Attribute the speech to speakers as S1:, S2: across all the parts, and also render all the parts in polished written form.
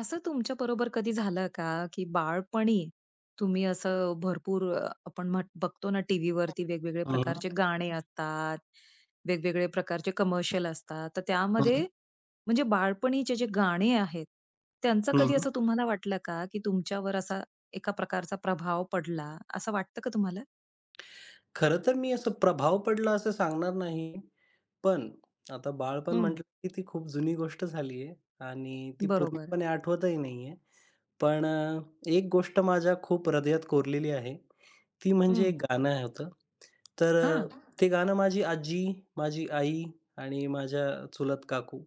S1: असं तुमच्याबरोबर कधी झालं का, की बाळपणी तुम्ही असं भरपूर आपण म्हट बघतो ना, टीव्हीवरती वेगवेगळे
S2: हं,
S1: प्रकारचे गाणे असतात, वेगवेगळे प्रकारचे कमर्शियल असतात. तर त्यामध्ये
S2: हं,
S1: म्हणजे बाळपणीचे जे गाणे आहेत, त्यांचा
S2: हं.
S1: कधी असं तुम्हाला वाटलं का, की तुमच्यावर असा एका प्रकारचा प्रभाव पडला, असं वाटतं का तुम्हाला?
S2: खरं तर मी असं प्रभाव पडला असं सांगणार नाही. पण आता बाळपण
S1: हं.
S2: म्हटलं की ती खूप जुनी गोष्ट झाली आहे आणि ती
S1: बरोबर.
S2: पूर्णपणे आठवतही नाहीये. पण अ, एक गोष्ट माझ्या खूप हृदयात कोरलेली आहे. ती म्हणजे
S1: हं.
S2: एक गाणं होतं. तर अ,
S1: हां.
S2: ते गाणं माझी आजी, माझी आई आणि माझ्या चुलत काकू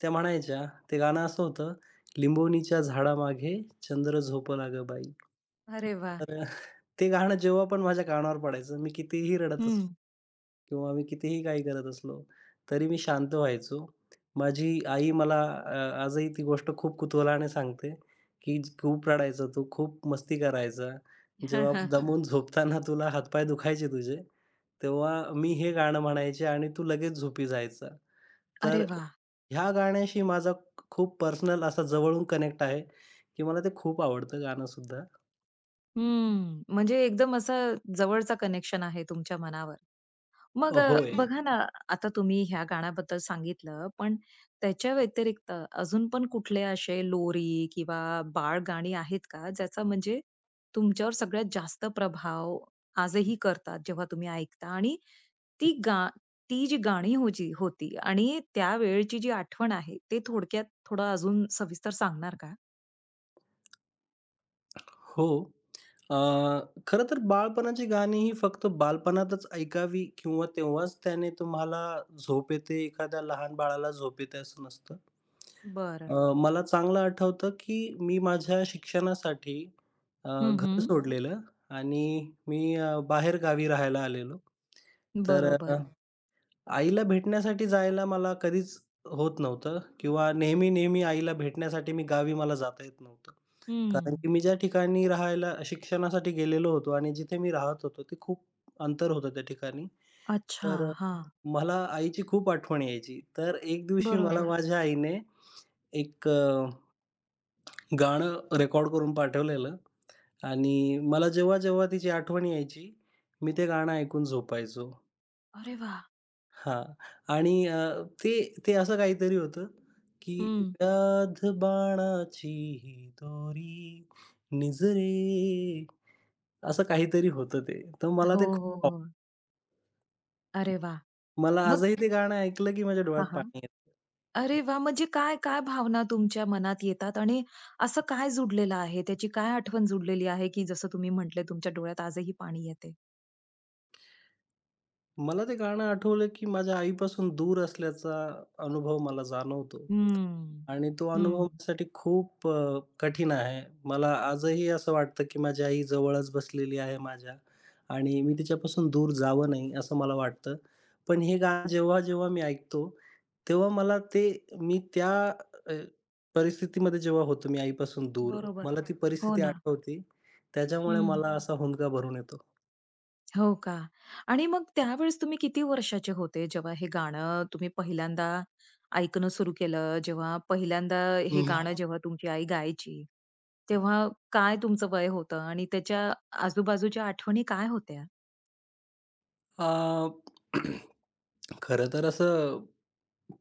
S2: त्या म्हणायच्या. ते गाणं असं होतं, "लिंबोणीच्या झाडामागे चंद्र झोपला गं बाई."
S1: अरे वाह!
S2: तर ते गाणं जेव्हा पण माझ्या कानावर पडायचं, मी कितीही रडत असलो
S1: हं.
S2: किंवा मी कितीही काही करत असलो, तरी मी शांत व्हायचो. माझी आई मला आजही ती गोष्ट खूप कुतूहलाने सांगते की खूप रडायचा तू, खूप मस्ती करायचा. जेव्हा हं, हं. दमून झोपताना तुला हातपाय दुखायचे तुझे, तेव्हा मी हे गाणं म्हणायचे आणि तू लगेच झोपी जायचा.
S1: अरे
S2: तर
S1: वाह!
S2: ह्या गाण्याशी माझा खूप पर्सनल असा जवळून कनेक्ट आहे, की मला ते खूप आवडतं गाणंसुद्धा.
S1: हम्म. म्हणजे एकदम असा जवळचा कनेक्शन आहे तुमच्या मनावर. मग
S2: हं, होय.
S1: बघा ना, आता तुम्ही ह्या गाण्याबद्दल सांगितलं, पण त्याच्या व्यतिरिक्त अजून पण कुठले असे लोरी किंवा बाळ गाणी आहेत का, ज्याचा म्हणजे तुमच्यावर सगळ्यात जास्त प्रभाव आजही करतात, जेव्हा तुम्ही ऐकता आणि ती गा ती जी गाणी होजी होती आणि त्यावेळची जी आठवण आहे, ते थोडक्यात थोडं अजून सविस्तर सांगणार का?
S2: हो. अ, खरं तर बाळपणाची गाणी ही फक्त बालपणातच ऐकावी किंवा तेव्हाच त्याने तुम्हाला झोप येते, एखाद्या लहान बाळाला झोप येते असं नसतं.
S1: बरं.
S2: मला चांगलं आठवतं, की मी माझ्या शिक्षणासाठी
S1: हं, हं.
S2: घर सोडलेलं आणि मी गावी राहायला आलेलो. तर अ,
S1: बरोबर.
S2: आईला भेटण्यासाठी जायला मला कधीच होत नव्हतं किंवा नेहमी-नेहमी आईला भेटण्यासाठी मी गावी मला जाता येत नव्हतं. कारण
S1: हं.
S2: की मी ज्या ठिकाणी राहायला शिक्षणासाठी गेलेलो होतो आणि जिथे मी राहत होतो ते खूप अंतर होतं त्या ठिकाणी.
S1: अच्छा,
S2: तर अ,
S1: हां.
S2: मला आईची खूप आठवण यायची. तर एक दिवशी मला
S1: बरोबर.
S2: माझ्या आईने एक गाणं रेकॉर्ड करून पाठवलेलं आणि मला जेव्हा-जेव्हा तिची आठवण यायची, मी ते गाणं ऐकून झोपायचो.
S1: अरे वाह!
S2: हां. आणि ते ते असं काहीतरी होतं, की
S1: हं.
S2: "व्याध बाणाची ही दोरी निजरे" असं काहीतरी होतं ते. तर
S1: हो, हो, हो. अरे वाह!
S2: मला
S1: मग
S2: आजही ते गाणं ऐकलं, की माझ्या डोळ्यात
S1: हां, हां.
S2: पाणी येतं.
S1: अरे वाह! म्हणजे काय भावना तुमच्या मनात येतात आणि असं काय जुडलेलं आहे? त्याची काय आठवण जुडलेली आहे, की जसं तुम्ही म्हटले तुमच्या डोळ्यात आजही पाणी येते?
S2: मला ते गाणं आठवलं, की माझ्या आईपासून दूर असल्याचा अनुभव मला जाणवतो.
S1: हं,
S2: आणि तो अनुभव
S1: हं.
S2: माझ्यासाठी खूप कठीण आहे. मला आजही असं वाटतं, की माझी आई जवळच बसलेली आहे माझ्या आणि मी तिच्यापासून दूर जावं नाही, असं मला वाटतं. पण हे गाणं जेव्हा-जेव्हा मी ऐकतो, तेव्हा मला ते मी त्या अ, परिस्थितीमध्ये जेव्हा होतो मी आईपासून दूर,
S1: बरोबर.
S2: मला ती
S1: हो
S2: परिस्थिती
S1: ना.
S2: आठवते. त्याच्यामुळे
S1: हं.
S2: मला असा हुंदका भरून येतो.
S1: हो का? आणि मग त्यावेळेस तुम्ही किती वर्षाचे होते, जेव्हा हे गाणं तुम्ही पहिल्यांदा ऐकणं सुरू केलं, जेव्हा पहिल्यांदा हे
S2: हं.
S1: गाणं जेव्हा तुमची आई गायची, तेव्हा काय तुमचं वय होतं आणि त्याच्या आजूबाजूच्या आठवणी काय होत्या?
S2: अ, खरं तर असं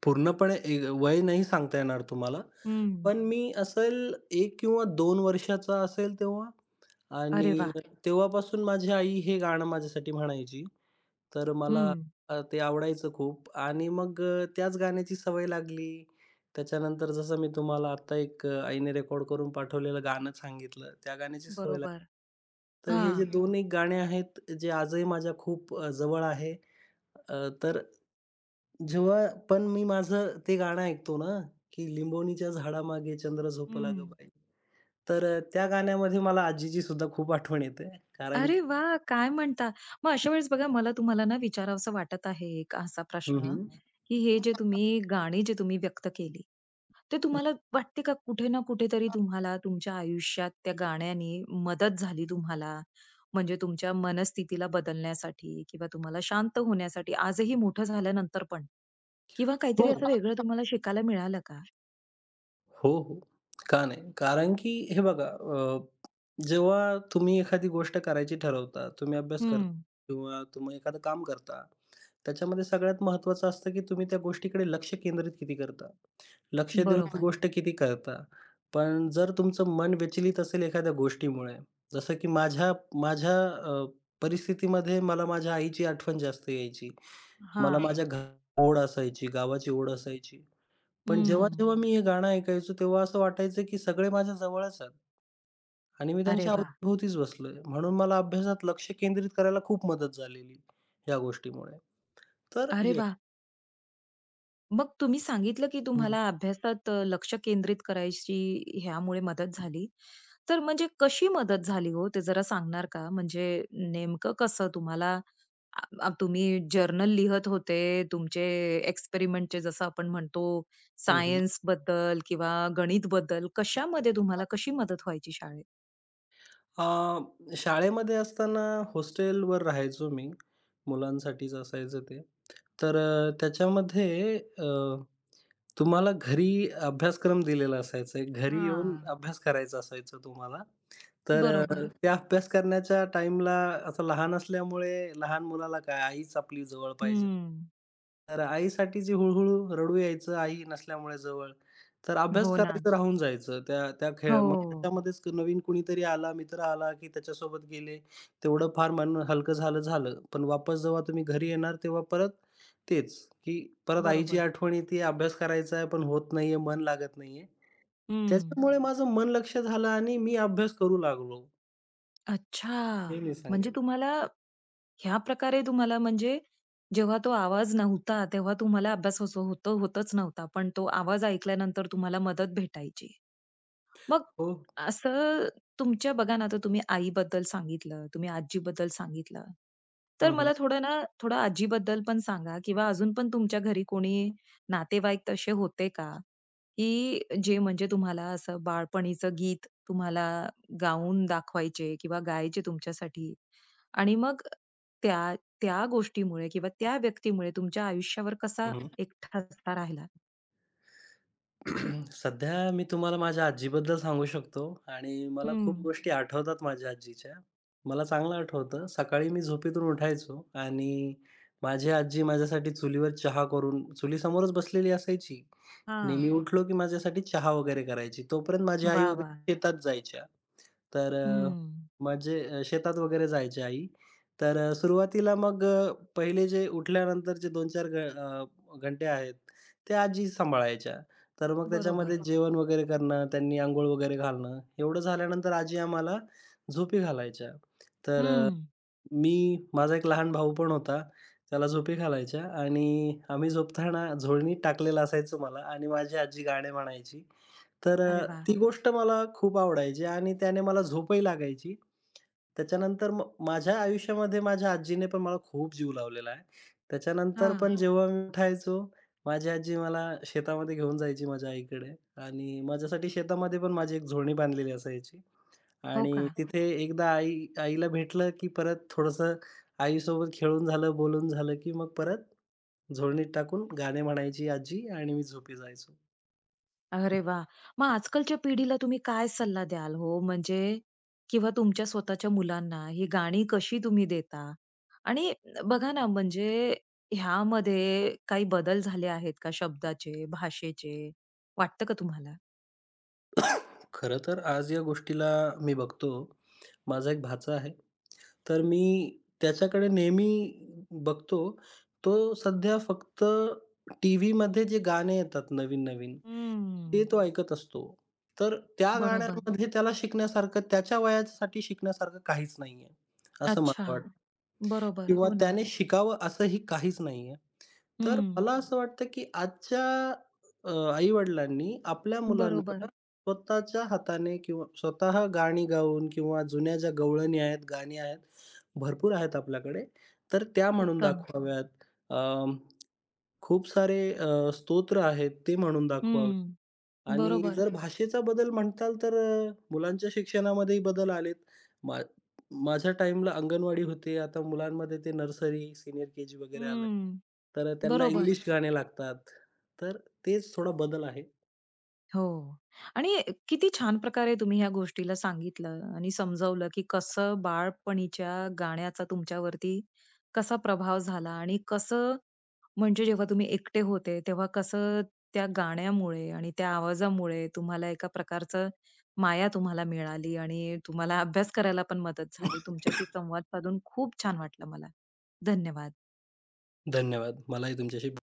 S2: पूर्णपणे ए वय नाही सांगता येणार तुम्हाला.
S1: हं.
S2: पण मी असेल 1 किंवा 2 वर्षाचा असेल तेव्हा आणि
S1: अरे वाह!
S2: तेव्हापासून माझी आई हे गाणं माझ्यासाठी म्हणायची. तर मला
S1: हं.
S2: ते आवडायचं खूप आणि मग त्याच गाण्याची सवय लागली. त्याच्यानंतर जसं मी तुम्हाला आता एक आईने रेकॉर्ड करून पाठवलेलं गाणं सांगितलं, त्या गाण्याची सवय लागली.
S1: बरोबर.
S2: तर हे
S1: हां.
S2: जे एक गाणे आहेत, जे आजही माझ्या खूप जवळ आहे. तर जेव्हा पण मी माझं ते गाणं ऐकतो ना, की लिंबोणीच्या झाडामागे चंद्र झोपला गं
S1: हं.
S2: बाई. त्या गाण्यामध्ये मला आजीची सुद्धा खूप आठवण येते. कारण की
S1: अरे वाह! काय म्हणता? मग अशा वेळेस बघा, मला तुम्हाला ना विचारावसं वाटत आहे एक असा
S2: हं,
S1: प्रश्न,
S2: हं.
S1: की हे जे तुम्ही गाणी जे तुम्ही व्यक्त केली, ते तुम्हाला वाटते का कुठे ना कुठेतरी तुम्हाला तुमच्या आयुष्यात त्या गाण्याने मदत झाली तुम्हाला? म्हणजे तुमच्या मनस्थितीला बदलण्यासाठी किंवा तुम्हाला शांत होण्यासाठी आजही मोठं झाल्यानंतर पण, किंवा
S2: हो,
S1: काहीतरी असं वेगळं तुम्हाला शिकायला मिळालं का?
S2: हो, हो. का नाही? कारण की हे बघा, जेव्हा तुम्ही एखादी गोष्ट करायची ठरवता, तुम्ही अभ्यास
S1: हं,
S2: करता किंवा तुम्ही एखादं काम करता त्याच्यामध्ये सगळ्यात महत्त्वाचं असतं, की तुम्ही त्या गोष्टीकडे लक्ष केंद्रित किती करता? लक्ष देऊन ती
S1: बरोबर.
S2: गोष्ट किती करता? पण जर तुमचं मन विचलित असेल एखाद्या गोष्टीमुळे, जसं की माझ्या माझ्या अ, परिस्थितीमध्ये मला माझ्या आईची आठवण जास्त यायची. मला
S1: हां.
S2: माझ्या घराची ओढ असायची, गावाची ओढ असायची. पण हो.
S1: हं.
S2: जेव्हा-जेव्हा मी हे गाणं ऐकायचो, तेव्हा असं वाटायचं, की सगळे माझ्या जवळच आहेत आणि मी
S1: अरे
S2: त्यांच्या
S1: वाह!
S2: अवतीभोवतीच बसलोय. म्हणून मला अभ्यासात लक्ष केंद्रित करायला खूप मदत झालेली, या गोष्टीमुळे. तर
S1: अरे
S2: येस.
S1: वाह! मग तुम्ही सांगितलं की तुम्हाला अभ्यासात लक्ष केंद्रित करायची ह्यामुळे मदत झाली. तर म्हणजे कशी मदत झाली हो, ते जरा सांगणार का? म्हणजे नेमकं कसं तुम्हाला आ, आ, तुम्ही जर्नल लिहत होते, तुमचे एक्सपेरिमेंटचे जसं आपण म्हणतो,
S2: हं,
S1: सायन्स बद्दल किंवा गणित बद्दल कशामध्ये तुम्हाला कशी मदत व्हायची शाळेत?
S2: आ शाळेमध्ये असताना हॉस्टेलवर राहायचो मी. मुलांसाठीच असायचं ते. तर त्याच्यामध्ये तुम्हाला घरी अभ्यासक्रम दिलेला असायचा. एक घरी येऊन
S1: हां,
S2: अभ्यास करायचा असायचा तुम्हाला. तर अ,
S1: बरोबर.
S2: त्या अभ्यास करण्याच्या टाईमला असं लहान असल्यामुळे लहान मुलाला काय आईच आपली जवळ पाहिजे.
S1: हं,
S2: तर आईसाठी जी हळू-हळू रडू यायचं आई नसल्यामुळे जवळ, तर अभ्यास
S1: हो ना.
S2: करायचं राहून जायचं. त्या त्या खेळ
S1: हो.
S2: मग त्याच्यामध्येच नवीन कुणीतरी आला, मित्र आला, की त्याच्यासोबत गेले. तेवढं फार मन हलकं झालं. पण वापस जेव्हा तुम्ही घरी येणार तेव्हा परत तेच, की परत आईची
S1: बरोबर.
S2: आठवण येते, अभ्यास करायचा आहे पण होत नाहीये, मन लागत नाहीये.
S1: हं.
S2: त्याच्यामुळे माझं मन लक्ष झालं आणि मी अभ्यास करू लागलो,
S1: अच्छा.
S2: हे मी
S1: म्हणजे
S2: सांगेल.
S1: तुम्हाला ह्या प्रकारे तुम्हाला म्हणजे जेव्हा तो आवाज नव्हता, तेव्हा तुम्हाला अभ्यास होत होतच नव्हता. पण तो आवाज ऐकल्यानंतर तुम्हाला मदत भेटायची. मग
S2: हो.
S1: असं तुमच्या बघा ना, आता तुम्ही आईबद्दल सांगितलं, तुम्ही आजीबद्दल सांगितलं. तर
S2: हं, हं.
S1: मला थोडं ना, थोडं
S2: हं.
S1: आजीबद्दल पण सांगा, किंवा अजून पण तुमच्या घरी कोणी नातेवाईक तसे होते का, की जे म्हणजे तुम्हाला असं बाळपणीचं गीत तुम्हाला गाऊन दाखवायचे किंवा गायचे तुमच्यासाठी? आणि मग त्या त्या गोष्टीमुळे किंवा त्या व्यक्तीमुळे तुमच्या आयुष्यावर कसा
S2: हं.
S1: एक ठसा राहिला?
S2: सध्या मी तुम्हाला माझ्या आजीबद्दल सांगू शकतो आणि मला खूप
S1: हं.
S2: गोष्टी आठवतात माझ्या आजीच्या. मला चांगलं आठवतं, सकाळी मी झोपेतून उठायचो आणि माझी आजी माझ्यासाठी चुलीवर चहा करून चुलीसमोरच बसलेली असायची. आणि मी
S1: हां.
S2: उठलो की माझ्यासाठी चहा वगैरे करायची. तोपर्यंत माझी आई
S1: वाह! वाह!
S2: वगैरे शेतात जायच्या. तर अ,
S1: हं.
S2: म्हणजे शेतात वगैरे जायची आई. सुरुवातीला पहिले जे उठल्यानंतर जे 2-4 घंटे आहेत, ते आजी सांभाळायच्या. तर मग त्याच्यामध्ये
S1: बरोबर.
S2: जेवण वगैरे करणं, त्यांनी अंघोळ वगैरे घालणं, एवढं झाल्यानंतर आजी आम्हाला झोपी घालायच्या. तर
S1: हं.
S2: मी माझा एक लहान भाऊ पण होता. त्याला झोपी घालायच्या आणि आम्ही झोपताना झोळणीत टाकलेलं असायचं मला आणि माझी आजी गाणे म्हणायची.
S1: अरे वाह!
S2: ती गोष्ट मला खूप आवडायची आणि त्याने मला झोपही लागायची. त्याच्यानंतर म माझ्या आयुष्यामध्ये माझ्या आजीने पण मला खूप जीव लावलेला आहे. त्याच्यानंतर
S1: हां.
S2: पण जेव्हा मी उठायचो, माझी आजी मला शेतामध्ये घेऊन जायची माझ्या आईकडे आणि माझ्यासाठी शेतामध्ये पण माझी एक झोळणी बांधलेली असायची.
S1: हो
S2: आणि
S1: का?
S2: तिथे एकदा आईला भेटलं, की परत थोडंसं आईसोबत खेळून झालं, बोलून झालं, की मग परत झोळणीत टाकून गाणे म्हणायची आजी आणि मी झोपी जायचो.
S1: अरे वाह! मग आजकालच्या पिढीला तुम्ही काय सल्ला द्याल हो? म्हणजे, किंवा तुमच्या स्वतःच्या मुलांना ही गाणी कशी तुम्ही देता? आणि बघा ना, म्हणजे ह्यामध्ये काही बदल झाले आहेत का शब्दाचे, भाषेचे? वाटतं का तुम्हाला?
S2: खरं तर आज या गोष्टीला मी बघतो, माझा एक भाचा आहे. तर मी त्याच्याकडे नेहमी बघतो, तो सध्या फक्त टीव्हीमध्ये जे गाणे येतात नवीन-नवीन
S1: हं.
S2: ते तो ऐकत असतो. तर त्या
S1: बरोबर.
S2: गाण्यांमध्ये त्याला शिकण्यासारखं त्याच्या वयासाठी शिकण्यासारखं काहीच नाहीये, असं
S1: अच्छा.
S2: मला वाटतं
S1: बरोबर.
S2: किंवा
S1: हो ना.
S2: त्याने शिकावं असंही काहीच नाहीये. तर
S1: हं.
S2: मला असं वाटतं की आजच्या आई-वडिलांनी आपल्या मुलांना
S1: बरोबर.
S2: स्वतःच्या हाताने किंवा स्वतः गाणी गाऊन किंवा जुन्या ज्या गवळणी आहेत, गाणी आहेत, भरपूर आहेत आपल्याकडे, तर त्या म्हणून
S1: उत्तम.
S2: दाखवाव्यात. अ, खूप सारे स्तोत्र आहेत, ते म्हणून दाखवावेत.
S1: हं.
S2: आणि
S1: बरोबर.
S2: जर भाषेचा बदल म्हणताल तर मुलांच्या शिक्षणामध्येही बदल आलेत. मा माझ्या टाईमला अंगणवाडी होते. आता मुलांमध्ये ते नर्सरी, सीनियर के-जी वगैरे आलंय.
S1: हं.
S2: तर त्यांना
S1: बरोबर.
S2: इंग्लिश गाणे लागतात. तर तेच थोडा बदल आहे.
S1: हो. आणि किती छान प्रकारे तुम्ही ह्या गोष्टीला सांगितलं आणि समजावलं, की कसं बाळपणीच्या गाण्याचा तुमच्यावरती कसा प्रभाव झाला आणि कसं म्हणजे जेव्हा तुम्ही एकटे होते, तेव्हा कसं त्या गाण्यामुळे आणि त्या आवाजामुळे तुम्हाला एका प्रकारचं माया तुम्हाला मिळाली आणि तुम्हाला अभ्यास करायला पण मदत झाली. तुमच्याशी संवाद साधून खूप छान वाटलं मला. धन्यवाद.
S2: धन्यवाद. मलाही तुमच्याशी